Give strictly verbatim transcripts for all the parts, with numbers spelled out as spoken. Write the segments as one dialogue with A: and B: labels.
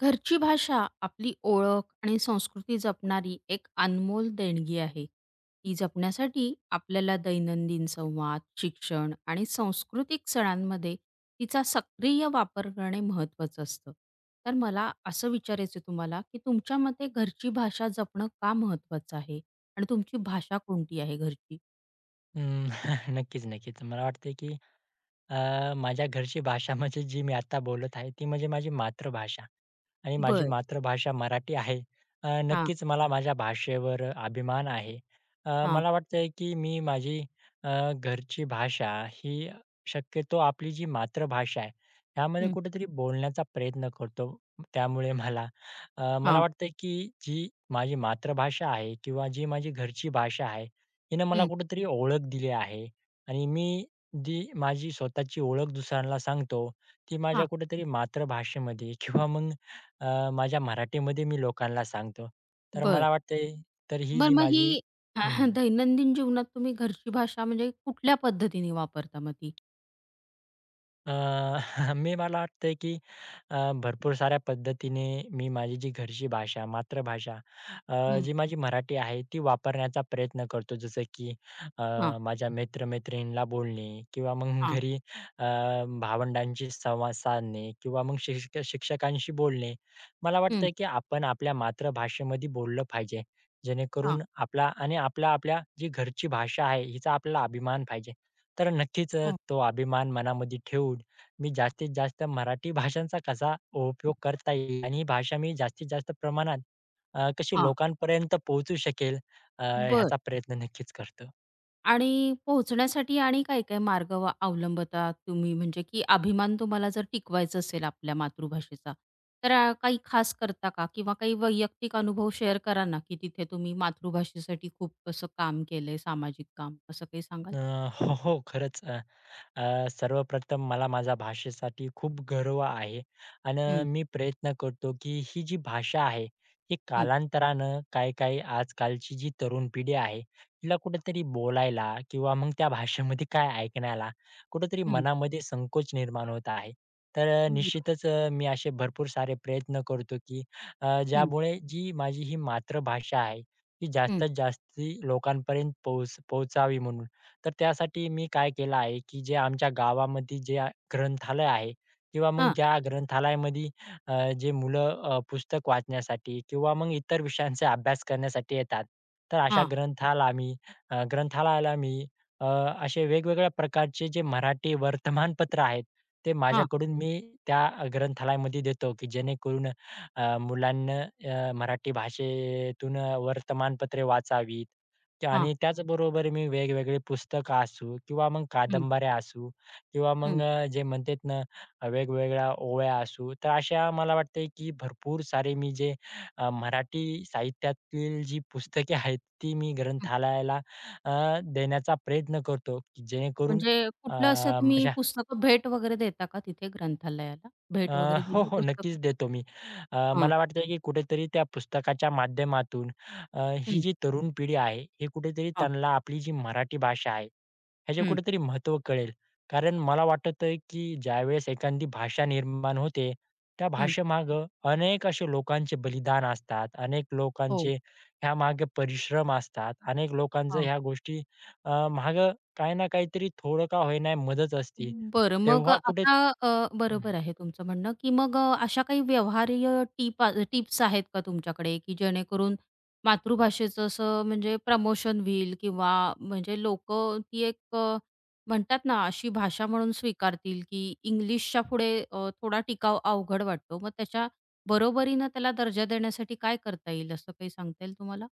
A: घरची भाषा आपली ओळख आणि संस्कृती जपणारी एक अनमोल देणगी आहे. ती जपण्यासाठी आपल्याला दैनंदिन संवाद, शिक्षण आणि सांस्कृतिक सणांमध्ये तिचा सक्रिय वापर करणे महत्त्वाचं असतं. तर मला असं विचारायचं आहे तुम्हाला, की तुमच्या मते घरची भाषा जपणं का महत्त्वाचं आहे? आणि तुमची भाषा कोणती आहे घरची?
B: अं, नक्कीच, नक्कीच. मला वाटतंय, की अ, माझ्या घरची भाषा म्हणजे जी मी आता बोलत आहे, ती म्हणजे माझी मातृभाषा. आणि माझी
A: बरं.
B: मातृभाषा मराठी आहे. अ,
A: हां,
B: नक्कीच मला माझ्या भाषेवर अभिमान आहे. अ,
A: हां.
B: मला वाटतंय की मी माझी अ, घरची भाषा ही शक्यतो आपली जी मातृभाषा आहे, ह्यामध्ये
A: हं.
B: कुठेतरी बोलण्याचा प्रयत्न करतो. त्यामुळे मला अ, मला
A: हां.
B: वाटतंय की जी माझी मातृभाषा आहे किंवा जी माझी घरची भाषा आहे, हिनं मला
A: हं.
B: कुठेतरी ओळख दिली आहे आणि मी जी माझी स्वतःची ओळख दुसऱ्यांना सांगतो, ती माझ्या
A: हां.
B: कुठेतरी मातृभाषेमध्ये किंवा मग अ, माझ्या मराठीमध्ये मी लोकांना सांगतो. तर
A: बरं.
B: मला वाटतंय. तर ही
A: बरं
B: जी
A: मग ही
B: माझी. हं.
A: दैनंदिन जीवनात तुम्ही घरची भाषा म्हणजे कुठल्या पद्धतीने वापरता मग ती?
B: अ, मी मला वाटतंय की अ, भरपूर साऱ्या पद्धतीने मी माझी जी घरची भाषा, मातृभाषा, अ,
A: हं.
B: जी माझी मराठी आहे ती वापरण्याचा प्रयत्न करतो. जसं की अ,
A: हां,
B: माझ्या मित्र-मैत्रिणींना बोलणे किंवा मग
A: हां,
B: घरी अ, भावंडांशी संवाद साधणे किंवा मग शिक्ष शिक्षकांशी बोलणे. मला वाटतं
A: हं,
B: की आपण आपल्या मातृभाषेमध्ये बोललं पाहिजे.
A: हां,
B: जेणेकरून आपला आणि आपला आपल्या जी घरची भाषा आहे हिचा आपल्याला अभिमान पाहिजे. तर नक्कीच अ,
A: हो,
B: तो अभिमान मनामध्ये ठेवून मी जास्तीत जास्त मराठी भाषांचा कसा उपयोग करता येईल आणि ही भाषा मी जास्तीत जास्त प्रमाणात अ, कशी
A: हां,
B: लोकांपर्यंत पोहोचू शकेल, अ,
A: बरं
B: ह्याचा प्रयत्न नक्कीच करतो.
A: आणि पोहोचण्यासाठी आणि काय-काय मार्ग व अवलंबता तुम्ही? म्हणजे की अभिमान तुम्हाला जर टिकवायचा असेल आपल्या मातृभाषेचा, तर अ, काही खास करता का? किंवा काही वैयक्तिक अनुभव शेअर करा ना, की तिथे तुम्ही मातृभाषेसाठी खूप असं काम केलंय, सामाजिक काम, असं काही सांगाल?
B: अ, हो, हो. खरंच, अ, अ, सर्वप्रथम मला माझ्या भाषेसाठी खूप गर्व आहे आणि
A: हं,
B: मी प्रयत्न करतो की ही जी भाषा आहे ही
A: हं,
B: कालांतरानं, काही काही आजकालची जी तरुण पिढी आहे तिला कुठेतरी बोलायला किंवा मग त्या भाषेमध्ये काय ऐकण्याला कुठेतरी
A: हं,
B: मनामध्ये संकोच निर्माण होत आहे. तर अ,
A: बरोबर.
B: निश्चितच अ, मी असे भरपूर सारे प्रयत्न करतो की अ,
A: हं,
B: ज्यामुळे जी माझी ही मातृभाषा आहे, ती
A: हं,
B: जास्तीत जास्ती लोकांपर्यंत पोहोच पोहोचावी म्हणून. तर त्यासाठी मी काय केलं आहे, की जे आमच्या गावामध्ये जे आ- ग्रंथालय आहे किंवा मग
A: हां,
B: ज्या ग्रंथालयामध्ये अ, जे मुलं अ, पुस्तक वाचण्यासाठी किंवा मग इतर विषयांचा अभ्यास करण्यासाठी येतात. तर अशा
A: हां,
B: ग्रंथाला मी अ, ग्रंथालयाला मी, अ, असे वेगवेगळ्या प्रकारचे जे मराठी वर्तमानपत्र आहेत, ते
A: हां,
B: माझ्याकडून मी त्या ग्रंथालयामध्ये देतो, की जेणेकरून अ, मुलांना अ, मराठी भाषेतून वर्तमानपत्रे वाचावीत.
A: हां,
B: आणि त्याचबरोबर मी वेगवेगळे पुस्तकं असू किंवा मग कादंबऱ्या असू किंवा मग,
A: हं,
B: अ, जे म्हणतात ना, अ, वेगवेगळ्या ओव्या असू, तर अशा मला वाटतंय की भरपूर सारे मी जे, अ, मराठी साहित्यातील जी पुस्तके आहेत, ती मी
A: हं.
B: ग्रंथालयाला अ, देण्याचा प्रयत्न करतो, की जेणेकरून.
A: म्हणजे
B: अ,
A: कुठलं असं तुम्ही
B: माझ्या.
A: पुस्तकं भेट वगैरे देता का तिथे ग्रंथालयाला?
B: अ,
A: भेट वगैरे
B: हो,
A: दिली
B: हो, नक्कीच
A: पुस्तकं?
B: देतो मी. अ,
A: हां.
B: मला वाटतं की कुठेतरी त्या पुस्तकाच्या माध्यमातून अ, ही
A: हं.
B: जी तरुण पिढी आहे, हे कुठेतरी
A: हां.
B: त्यांना आपली जी मराठी भाषा आहे ह्याचे
A: हं,
B: कुठेतरी महत्त्व कळेल. कारण मला वाटतं, की ज्यावेळेस एखादी भाषा निर्माण होते, त्या
A: हं.
B: भाषेमागे अनेक असे लोकांचे बलिदान असतात, अनेक
A: हो.
B: लोकांचे ह्यामागे परिश्रम असतात, अनेक लोकांचं
A: हां.
B: ह्या गोष्टी अ, काही ना काहीतरी थोडं का होईना मदत असते.
A: बरं. मग
B: तेव्हा कुठे.
A: आता अ, बरोबर आहे तुमचं म्हणणं, की मग अ, अशा काही व्यवहार्य टीप टिप्स आहेत का तुमच्याकडे, की जेणेकरून मातृभाषेचं असं म्हणजे प्रमोशन होईल किंवा म्हणजे लोक ती एक अ, म्हणतात ना, अशी भाषा म्हणून स्वीकारतील, की इंग्लिशच्या पुढे अ, थोडा टिकाव अवघड वाटतो. मग त्याच्या बरोबरीनं त्याला दर्जा देण्यासाठी काय करता येईल, असं काही सांगता येईल तुम्हाला?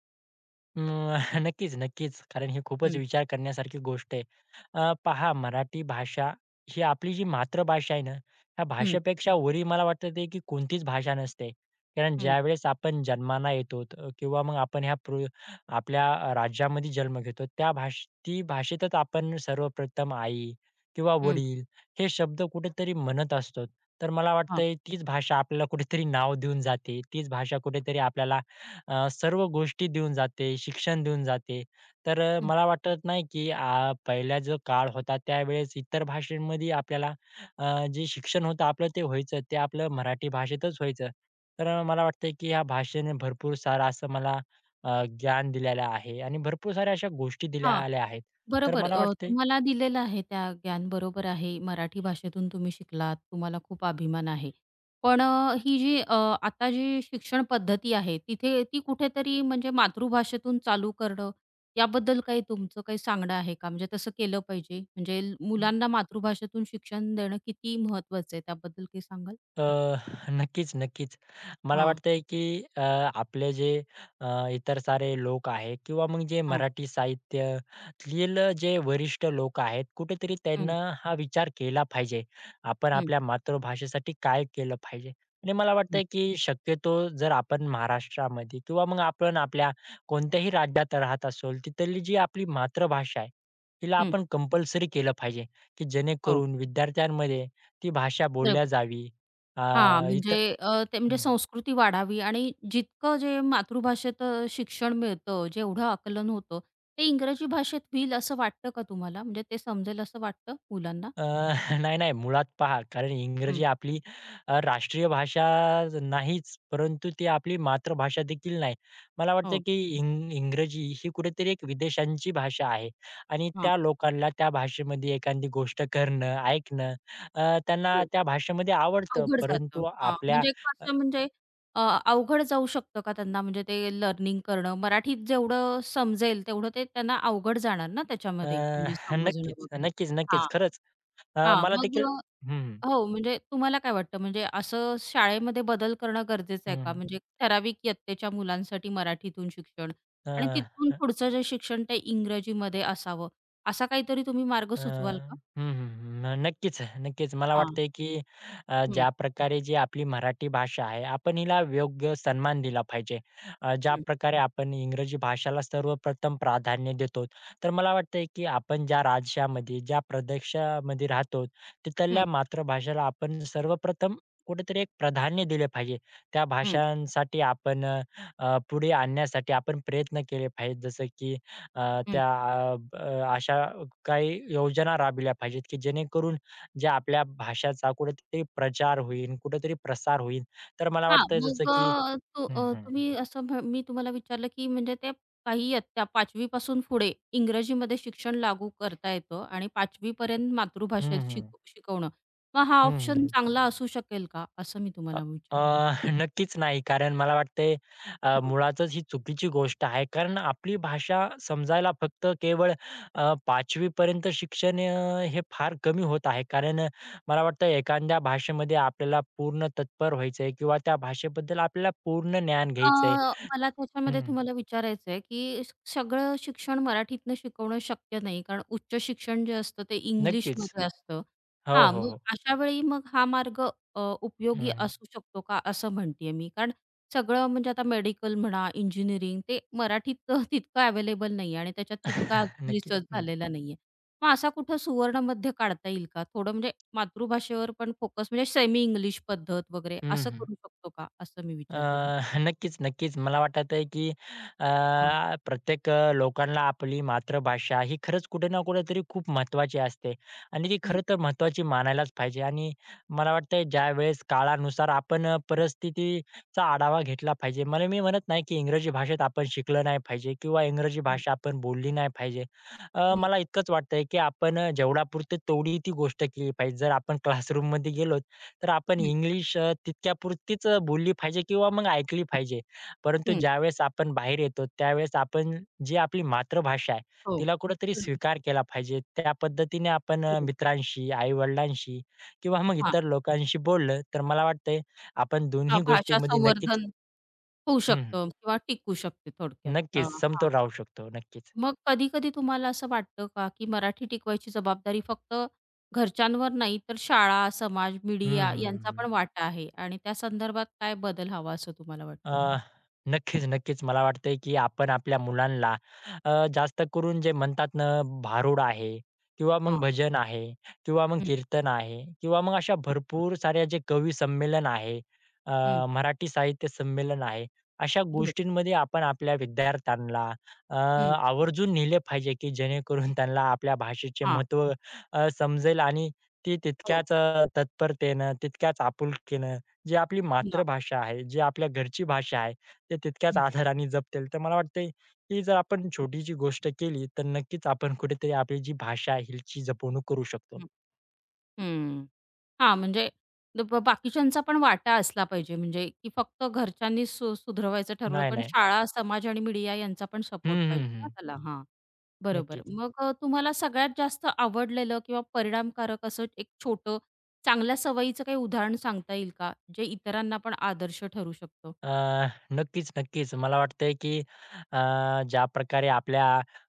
B: अं, नक्कीच, नक्कीच. कारण ही खूपच
A: हं,
B: विचार करण्यासारखी गोष्ट आहे. अ, पहा, मराठी भाषा ही आपली जी मातृभाषा आहे ना, ह्या
A: हं,
B: भाषेपेक्षा वरी मला वाटतं ते की कोणतीच भाषा नसते. कारण
A: हं,
B: ज्यावेळेस आपण जन्माला येतो, अ, किंवा मग आपण ह्या पृ आपल्या, अ, राज्यामध्ये जन्म घेतो, त्या भाष ती भाषेतच आपण सर्वप्रथम आई किंवा
A: हं.
B: वडील हे शब्द कुठेतरी म्हणत असतो. तर मला
A: हां,
B: वाटतंय तीच भाषा आपल्याला कुठेतरी नाव देऊन जाते. तीच भाषा कुठेतरी आपल्याला अ, सर्व गोष्टी देऊन जाते, शिक्षण देऊन जाते. तर अ,
A: हं.
B: मला वाटत नाही की, आ, पहिला जो काळ होता त्यावेळेस इतर भाषेमध्ये आपल्याला अ, जे शिक्षण होतं आपलं ते व्हायचं, ते आपलं मराठी भाषेतच व्हायचं. तर अ, मला वाटतं की ह्या भाषेने भरपूर सारं असं मला अ, ज्ञान दिलेलं आहे आणि भरपूर साऱ्या अशा गोष्टी
A: हां.
B: दिलेल्या आहेत. तर
A: बरोबर.
B: मला
A: अ,
B: वाटतंय.
A: तुम्हाला दिलेलं आहे त्या ज्ञान बरोबर आहे. मराठी भाषेतून तुम्ही शिकलात, तुम्हाला खूप अभिमान आहे. पण अ, ही जी अ, आता जी शिक्षण पद्धती आहे, तिथे ती कुठेतरी म्हणजे मातृभाषेतून चालू करणं, याबद्दल काही तुमचं काही सांगणं आहे का? म्हणजे तसं केलं पाहिजे? म्हणजे ल- मुलांना मातृभाषेतून शिक्षण देणं किती महत्वाचं आहे, त्याबद्दल काही सांगाल?
B: अ, नक्कीच, नक्कीच. मला
A: हां,
B: वाटतंय, की अ, आपले जे, अ, इतर सारे लोक आहेत किंवा मग जे
A: हां.
B: मराठी साहित्यातील जे वरिष्ठ लोक आहेत, कुठेतरी
A: हं,
B: त्यांना हा विचार केला पाहिजे. आपण
A: हं,
B: आपल्या मातृभाषेसाठी काय केलं पाहिजे? आणि मला
A: हं,
B: वाटतंय, की शक्यतो जर आपण महाराष्ट्रामध्ये किंवा मग आपण आपल्या कोणत्याही राज्यात राहत असोल, तिथली जी आपली मातृभाषा आहे, तिला
A: हं.
B: आपण कंपल्सरी केलं पाहिजे, की
A: हो,
B: जेणेकरून विद्यार्थ्यांमध्ये ती भाषा बोलल्या
A: बरोबर.
B: जावी. अ,
A: हां, म्हणजे
B: इथं.
A: अ, ते म्हणजे
B: हं.
A: संस्कृती वाढावी आणि जितकं जे मातृभाषेत अ, शिक्षण मिळतं, जेवढं आकलन होतं, ते इंग्रजी भाषेत होईल असं वाटतं का तुम्हाला? म्हणजे ते समजेल असं वाटतं मुलांना?
B: अ, नाही, नाही. मुळात पहा, कारण
A: हं,
B: इंग्रजी आपली अ, राष्ट्रीय भाषा नाहीच, परंतु ती आपली मातृभाषा देखील नाही. मला वाटतं
A: हो,
B: की इंग इंग्रजी ही कुठेतरी एक विदेशांची भाषा आहे आणि
A: हां.
B: त्या लोकांना त्या भाषेमध्ये एखादी गोष्ट करणं, ऐकणं, अ, त्यांना
A: हो,
B: त्या भाषेमध्ये आवडतं.
A: अवघड जातं.
B: परंतु
A: हां,
B: आपल्या.
A: म्हणजे
B: अ,
A: कसं म्हणजे अ, अवघड जाऊ शकतं का त्यांना म्हणजे ते लर्निंग करणं? मराठीत जेवढं समजेल तेवढं ते त्यांना अवघड जाणार ना
B: अ,
A: त्याच्यामध्ये म्हणजे समजणं
B: नक्कीच,
A: वगैरे.
B: नक्कीच, नक्कीच.
A: हां,
B: खरंच. अ,
A: हां,
B: मला
A: मग
B: देखील. हं, हं.
A: अ हो, म्हणजे तुम्हाला काय वाटतं म्हणजे असं शाळेमध्ये बदल करणं गरजेचं आहे का? म्हणजे ठराविक इयत्तेच्या मुलांसाठी मराठीतून शिक्षण आणि तिथून
B: अ,
A: पुढचं जे शिक्षण ते इंग्रजीमध्ये असावं, असा काहीतरी तुम्ही मार्ग
B: अ,
A: सुचवाल
B: हं,
A: का?
B: हं, हं. नक्कीच, नक्कीच. मला
A: हां.
B: वाटतंय, की अ,
A: हं,
B: ज्या प्रकारे जी आपली मराठी भाषा आहे, आपण हिला योग्य सन्मान दिला पाहिजे. अ, ज्या
A: हं,
B: प्रकारे आपण इंग्रजी भाषेला सर्वप्रथम प्राधान्य देतो, तर मला वाटतंय, की आपण ज्या राज्यामध्ये, ज्या प्रदेशामध्ये राहतो, तिथल्या
A: हं,
B: मातृभाषेला आपण सर्वप्रथम कुठेतरी एक प्राधान्य दिले पाहिजे. त्या
A: हं,
B: भाषांसाठी आपण, अ, पुढे आणण्यासाठी आपण प्रयत्न केले पाहिजेत. जसं की, अ, त्या अ, ब अ, अशा काही योजना राबविल्या पाहिजेत, की जेणेकरून जे आपल्या भाषाचा कुठेतरी प्रचार होईल, कुठेतरी प्रसार होईल. तर मला
A: हां,
B: वाटतं जसं
A: मग
B: की.
A: अ, तो
B: हं,
A: अ,
B: हं.
A: तुम्ही असं म्ह मी तुम्हाला विचारलं, की म्हणजे ते काही इयत्ता पाचवी पासून पुढे इंग्रजीमध्ये शिक्षण लागू करता येतं आणि पाचवी पर्यंत
B: हं,
A: मातृभाषेत शिक
B: हं.
A: शिकवणं. मग हा
B: हं,
A: ऑप्शन
B: हं.
A: चांगला असू शकेल का? असं मी
B: अ,
A: तुम्हाला
B: अ,
A: विचारते.
B: नक्कीच नाही. कारण मला वाटतंय, अ, मुळातच ही चुकीची गोष्ट आहे. कारण आपली भाषा समजायला फक्त केवळ अ, पाचवी पर्यंत शिक्षण, अ, हे फार कमी होत आहे. कारण अ, मला वाटतं एखाद्या भाषेमध्ये आपल्याला पूर्ण तत्पर व्हायचंय किंवा त्या भाषेबद्दल आपल्याला पूर्ण ज्ञान
A: अ,
B: घ्यायचंय.
A: मला त्याच्यामध्ये
B: हं,
A: तुम्हाला विचारायचं आहे, की स सगळं शिक्षण मराठीतनं शिकवणं शक्य नाही. कारण उच्च शिक्षण जे असतं ते
B: नक्कीच.
A: इंग्लिशमध्ये असतं.
B: हो,
A: हां,
B: हो,
A: मग
B: हो.
A: अशा वेळी मग हा मार्ग अ,
B: हं,
A: उपयोगी
B: हं.
A: असू शकतो का असं म्हणतीये मी. कारण सगळं म्हणजे आता मेडिकल म्हणा, इंजिनिअरिंग ते मराठीत तितकं अवेलेबल नाहीये आणि त्याच्यात तितका
B: नक्कीच.
A: रिसर्च
B: हं.
A: झालेला नाहीये. मग असा कुठं सुवर्णमध्य काढता येईल का? थोडं म्हणजे मातृभाषेवर पण फोकस म्हणजे सेमी इंग्लिश पद्धत वगैरे
B: हं,
A: असं
B: हं.
A: करू शकतो का? असं मी
B: अ,
A: विचारते तुम्हाला?
B: नक्कीच, नक्कीच. मला वाटत आहे, की अ, प्रत्येक अ, लोकांना आपली मातृभाषा ही खरंच कुठे ना कुठेतरी खूप महत्त्वाची असते आणि ती
A: हं,
B: खरं तर महत्वाची मानायलाच पाहिजे. आणि मला वाटतंय ज्यावेळेस काळानुसार आपण, अ, परिस्थितीचा आढावा घेतला पाहिजे. मला मी म्हणत नाही, की इंग्रजी भाषेत आपण शिकलं नाही पाहिजे किंवा इंग्रजी
A: हं,
B: भाषा आपण बोलली नाही पाहिजे. अ,
A: हं,
B: मला इतकंच वाटतंय, की आपण, अ, जेवढापुरती तेवढी ती गोष्ट केली पाहिजे. जर आपण क्लासरूममध्ये गेलो, तर आपण
A: हं,
B: इंग्लिश, अ, तितक्यापुरतीच, अ, बोलली पाहिजे किंवा मग ऐकली पाहिजे. परंतु
A: हं.
B: ज्यावेळेस आपण बाहेर येतो, त्यावेळेस आपण जी आपली मातृभाषा आहे,
A: हो.
B: तिला कुठेतरी
A: बरोबर,
B: स्वीकार केला पाहिजे. त्या पद्धतीने आपण, अ,
A: बरोबर.
B: मित्रांशी, आई-वडिलांशी किंवा मग
A: हां,
B: इतर लोकांशी बोललं, तर मला वाटतंय आपण
A: हां,
B: दोन्ही
A: भाषा
B: गोष्टींमध्ये नक्कीच.
A: संवर्धन होऊ
B: हं, हं.
A: शकतं किंवा टिकू शकते थोडक्यात. अ,
B: नक्कीच
A: हां,
B: समतोल राहू
A: हां.
B: शकतो. नक्कीच.
A: मग कधी-कधी तुम्हाला असं वाटतं का, की मराठी टिकवायची जबाबदारी फक्त घरच्यांवर नाही, तर शाळा, समाज,
B: हं, हं,
A: मीडिया
B: हं,
A: यांचा
B: हं.
A: पण वाटा आहे आणि त्या संदर्भात काय बदल हवा असं तुम्हाला वाटतं?
B: अ, नक्कीच, नक्कीच. मला वाटतंय, की आपण आपल्या मुलांना, अ, जास्त करून जे म्हणतात ना, भारुड आहे किंवा मग
A: हां.
B: भजन आहे किंवा मग
A: हं,
B: कीर्तन आहे, किंवा मग अशा भरपूर साऱ्या जे कवी संमेलन आहे, अ,
A: हं.
B: मराठी साहित्य संमेलन आहे, अशा
A: बरं.
B: गोष्टींमध्ये आपण आपल्या विद्यार्थ्यांना अ,
A: हं.
B: आवर्जून नेले पाहिजे, की जेणेकरून त्यांना आपल्या भाषेचे
A: हां.
B: महत्त्व, अ, समजेल आणि ती
A: हो.
B: तितक्याच, अ, तत्परतेनं, तितक्याच आपुलकीनं, जी आपली
A: हो ना.
B: मातृभाषा आहे, जी आपल्या घरची भाषा आहे, ते तितक्याच
A: हं,
B: आदराने जपतील. तर मला वाटतंय, ही जर आपण छोटीशी गोष्ट केली, तर नक्कीच आपण कुठेतरी आपली जी भाषा आहे हिची जपवणूक करू शकतो.
A: हं. हं. हां, म्हणजे द- ब बाकीच्यांचा पण वाटा असला पाहिजे म्हणजे की फक्त घरच्यांनी सु सुधरवायचं ठरवलं,
B: नाही,
A: पण
B: नाही.
A: शाळा, समाज आणि मीडिया यांचा पण
B: हं,
A: सपोर्ट
B: हं,
A: पाहिजे ना
B: हं.
A: त्याला. हां, बरोबर.
B: नक्कीच.
A: मग अ, तुम्हाला सगळ्यात जास्त आवडलेलं किंवा परिणामकारक असं एक छोटं चांगल्या सवयीचं काही उदाहरण सांगता येईल का? जे इतरांना पण आदर्श ठरू शकतो?
B: अ, नक्कीच, नक्कीच. मला वाटतंय, की अ, ज्या प्रकारे आपल्या,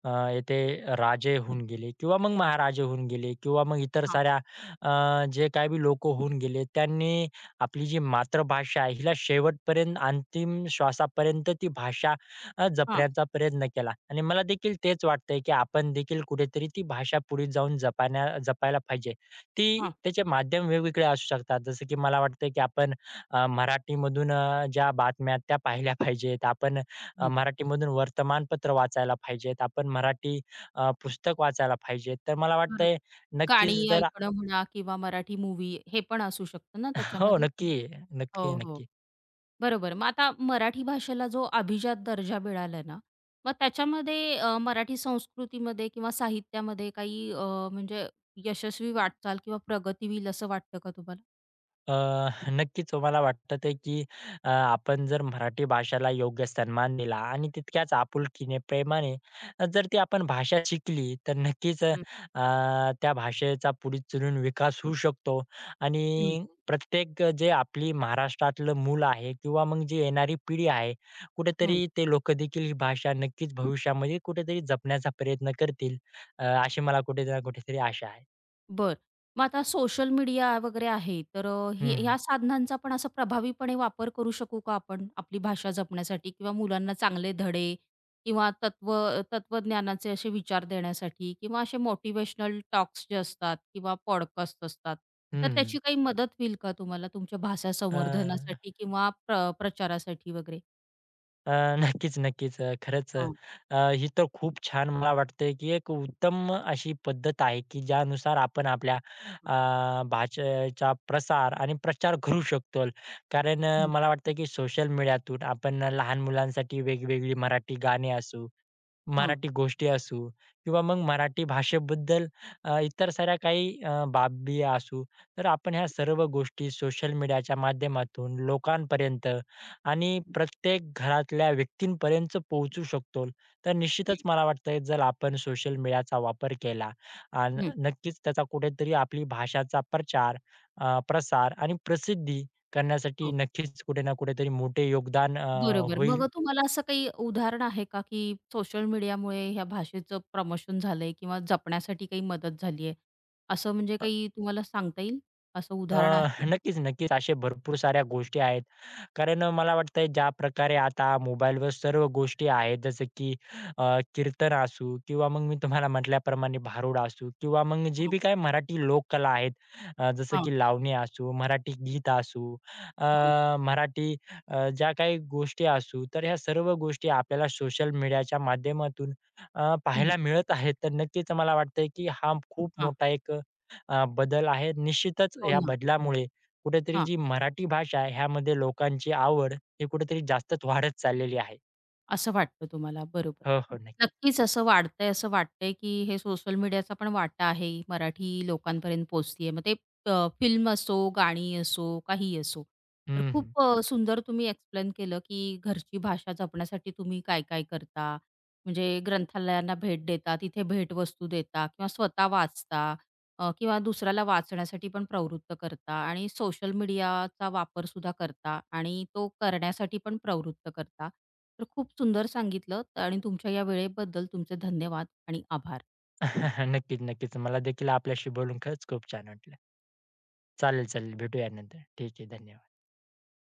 B: अ, येथे राजे होऊन गेले किंवा मग महाराजे होऊन गेले किंवा मग इतर
A: हां,
B: साऱ्या, अ, जे काही बी लोकं होऊन गेले, त्यांनी आपली जी मातृभाषा आहे, हिला शेवटपर्यंत अंतिम श्वासापर्यंत ती भाषा, अ,
A: हां,
B: जपण्याचा प्रयत्न केला. आणि मला देखील तेच वाटतंय, की आपण देखील कुठेतरी ती भाषा पुढे जाऊन जपाण्या जपायला पाहिजे. ती
A: हां.
B: त्याचे माध्यम वेगवेगळे असू शकतात. जसं की मला वाटतंय, की आपण, अ, मराठीमधून, अ, ज्या बातम्या आहेत त्या पाहिल्या पाहिजेत. आपण, अ,
A: हं,
B: मराठीमधून वर्तमानपत्र वाचायला पाहिजेत. आपण मराठी, अ, पुस्तक वाचायला पाहिजेत. तर मला वाटतंय
A: बरोबर. गाणी
B: नक्कीच जर.
A: ऐकणं म्हणा किंवा मराठी मूव्ही हे पण असू शकतं ना
B: हो,
A: त्याच्यामध्ये?
B: नक्की,
A: हो,
B: नक्की,
A: हो.
B: नक्की.
A: बरोबर. मग आता मराठी भाषेला जो अभिजात दर्जा मिळाला ना, मग त्याच्यामध्ये अ, मराठी संस्कृतीमध्ये किंवा साहित्यामध्ये काही अ, म्हणजे यशस्वी वाटचाल किंवा प्रगती होईल असं वाटतं का तुम्हाला?
B: अ, नक्कीच मला वाटतं ते, की अ, आपण जर मराठी भाषेला योग्य सन्मान दिला आणि तितक्याच आपुलकीने, प्रेमाने, अ, जर ती आपण भाषा शिकली, तर नक्कीच, अ,
A: हं,
B: त्या भाषेचा पुढे चलून विकास होऊ शकतो.
A: हं,
B: आणि प्रत्येक जे आपली महाराष्ट्रातलं मूल आहे किंवा मग जी येणारी पिढी आहे,
A: हं.
B: कुठेतरी ते लोकं देखील ही भाषा नक्कीच भविष्यामध्ये कुठेतरी जपण्याचा प्रयत्न करतील. अ, अशी मला कुठे ना कुठेतरी आशा आहे.
A: बरं. मग आता सोशल मीडिया वगैरे आहे, तर अ, ही
B: हं, हं.
A: ह्या साधनांचा पण असा प्रभावीपणे वापर करू शकू का आपण आपली भाषा जपण्यासाठी किंवा मुलांना चांगले धडे किंवा तत्व तत्वज्ञानाचे असे विचार देण्यासाठी किंवा असे मोटिव्हेशनल टॉक्स जे असतात किंवा पॉडकास्ट असतात, तर त्याची काही मदत होईल का तुम्हाला तुमच्या भाषा
B: अ
A: संवर्धनासाठी किंवा प्र प्रचारासाठी वगैरे?
B: अ, नक्कीच, नक्कीच. अ, खरंच,
A: हां.
B: अ, ही तर खूप छान मला वाटतंय, की एक उत्तम अशी पद्धत आहे, की ज्यानुसार आपण आपल्या,
A: हां
B: अ, भाषेचा प्रसार आणि प्रचार करू शकतो. कारण अ,
A: हं.
B: मला वाटतं, की सोशल मीडियातून आपण लहान मुलांसाठी वेगवेगळी मराठी गाणी असू,
A: हां.
B: मराठी गोष्टी असू किंवा मग मराठी भाषेबद्दल, अ, इतर साऱ्या काही, अ, बाबी असू, तर आपण ह्या सर्व गोष्टी सोशल मीडियाच्या माध्यमातून लोकांपर्यंत आणि
A: हं.
B: प्रत्येक घरातल्या व्यक्तींपर्यंत पोहोचू शकतो. तर निश्चितच मला वाटतंय जर आपण सोशल मीडियाचा वापर केला आणि
A: हं.
B: नक्कीच त्याचा कुठेतरी आपली भाषाचा प्रचार, अ, प्रसार आणि प्रसिद्धी करण्यासाठी
A: हो.
B: नक्कीच कुठे ना कुठेतरी मोठे योगदान, अ,
A: बरोबर. मग
B: होईल.
A: अ, तुम्हाला असं काही उदाहरण आहे का, की सोशल मीडियामुळे ह्या भाषेचं प्रमोशन झालंय किंवा जपण्यासाठी काही मदत झाली आहे? असं म्हणजे काही तुम्हाला सांगता येईल? असं
B: अ,
A: उदाहरण आहे?
B: नक्कीच, नक्कीच. अशा भरपूर साऱ्या गोष्टी आहेत. कारण अ, मला वाटतंय ज्या प्रकारे आता मोबाईलवर सर्व गोष्टी आहेत, जसं की, अ, कीर्तन असू किंवा मग मी तुम्हाला म्हटल्याप्रमाणे भारुड असू किंवा मग जी
A: हां,
B: बी काही मराठी लोककला आहेत, अ, जसं
A: हां,
B: की लावणी असू, मराठी गीत असू, अ,
A: हं.
B: मराठी, अ, ज्या काही गोष्टी असू, तर ह्या सर्व गोष्टी आपल्याला सोशल मीडियाच्या माध्यमातून, अ,
A: हं.
B: पाहायला मिळत आहेत. तर नक्कीच मला वाटतंय की हा खूप
A: हां.
B: मोठा एक, अ, बदल आहे. निश्चितच
A: हो
B: या
A: ना.
B: बदलामुळे कुठेतरी जी मराठी भाषा आहे, ह्यामध्ये लोकांची आवड ही कुठेतरी जास्तच वाढत चाललेली आहे.
A: असं वाटतं तुम्हाला, बरोबर.
B: हो, हो. नक्की.
A: नक्कीच असं वाढतंय, असं वाटतंय, की हे सोशल मीडियाचा पण वाटा आहे. मराठी लोकांपर्यंत पोहोचतीये. मग ते फिल्म असो, गाणी असो, काहीही असो. तर
B: हं, हं.
A: खूप अ, सुंदर तुम्ही एक्सप्लेन केलं, की घरची भाषा जपण्यासाठी तुम्ही काय-काय करता. म्हणजे ग्रंथालयांना भेट देता, तिथे भेटवस्तू देता किंवा स्वतः वाचता अ, किंवा दुसऱ्याला वाचण्यासाठी पण प्रवृत्त करता आणि सोशल मीडियाचा वापरसुद्धा करता आणि तो करण्यासाठी पण प्रवृत्त करता. तर खूप सुंदर सांगितलं आणि तुमच्या या वेळेबद्दल तुमचे धन्यवाद आणि आभार.
B: नक्कीच, नक्कीच. मला देखील आपल्याशी बोलून खरंच खूप छान वाटलं. चालेल, चालेल. भेटूया नंतर. ठीक आहे. धन्यवाद.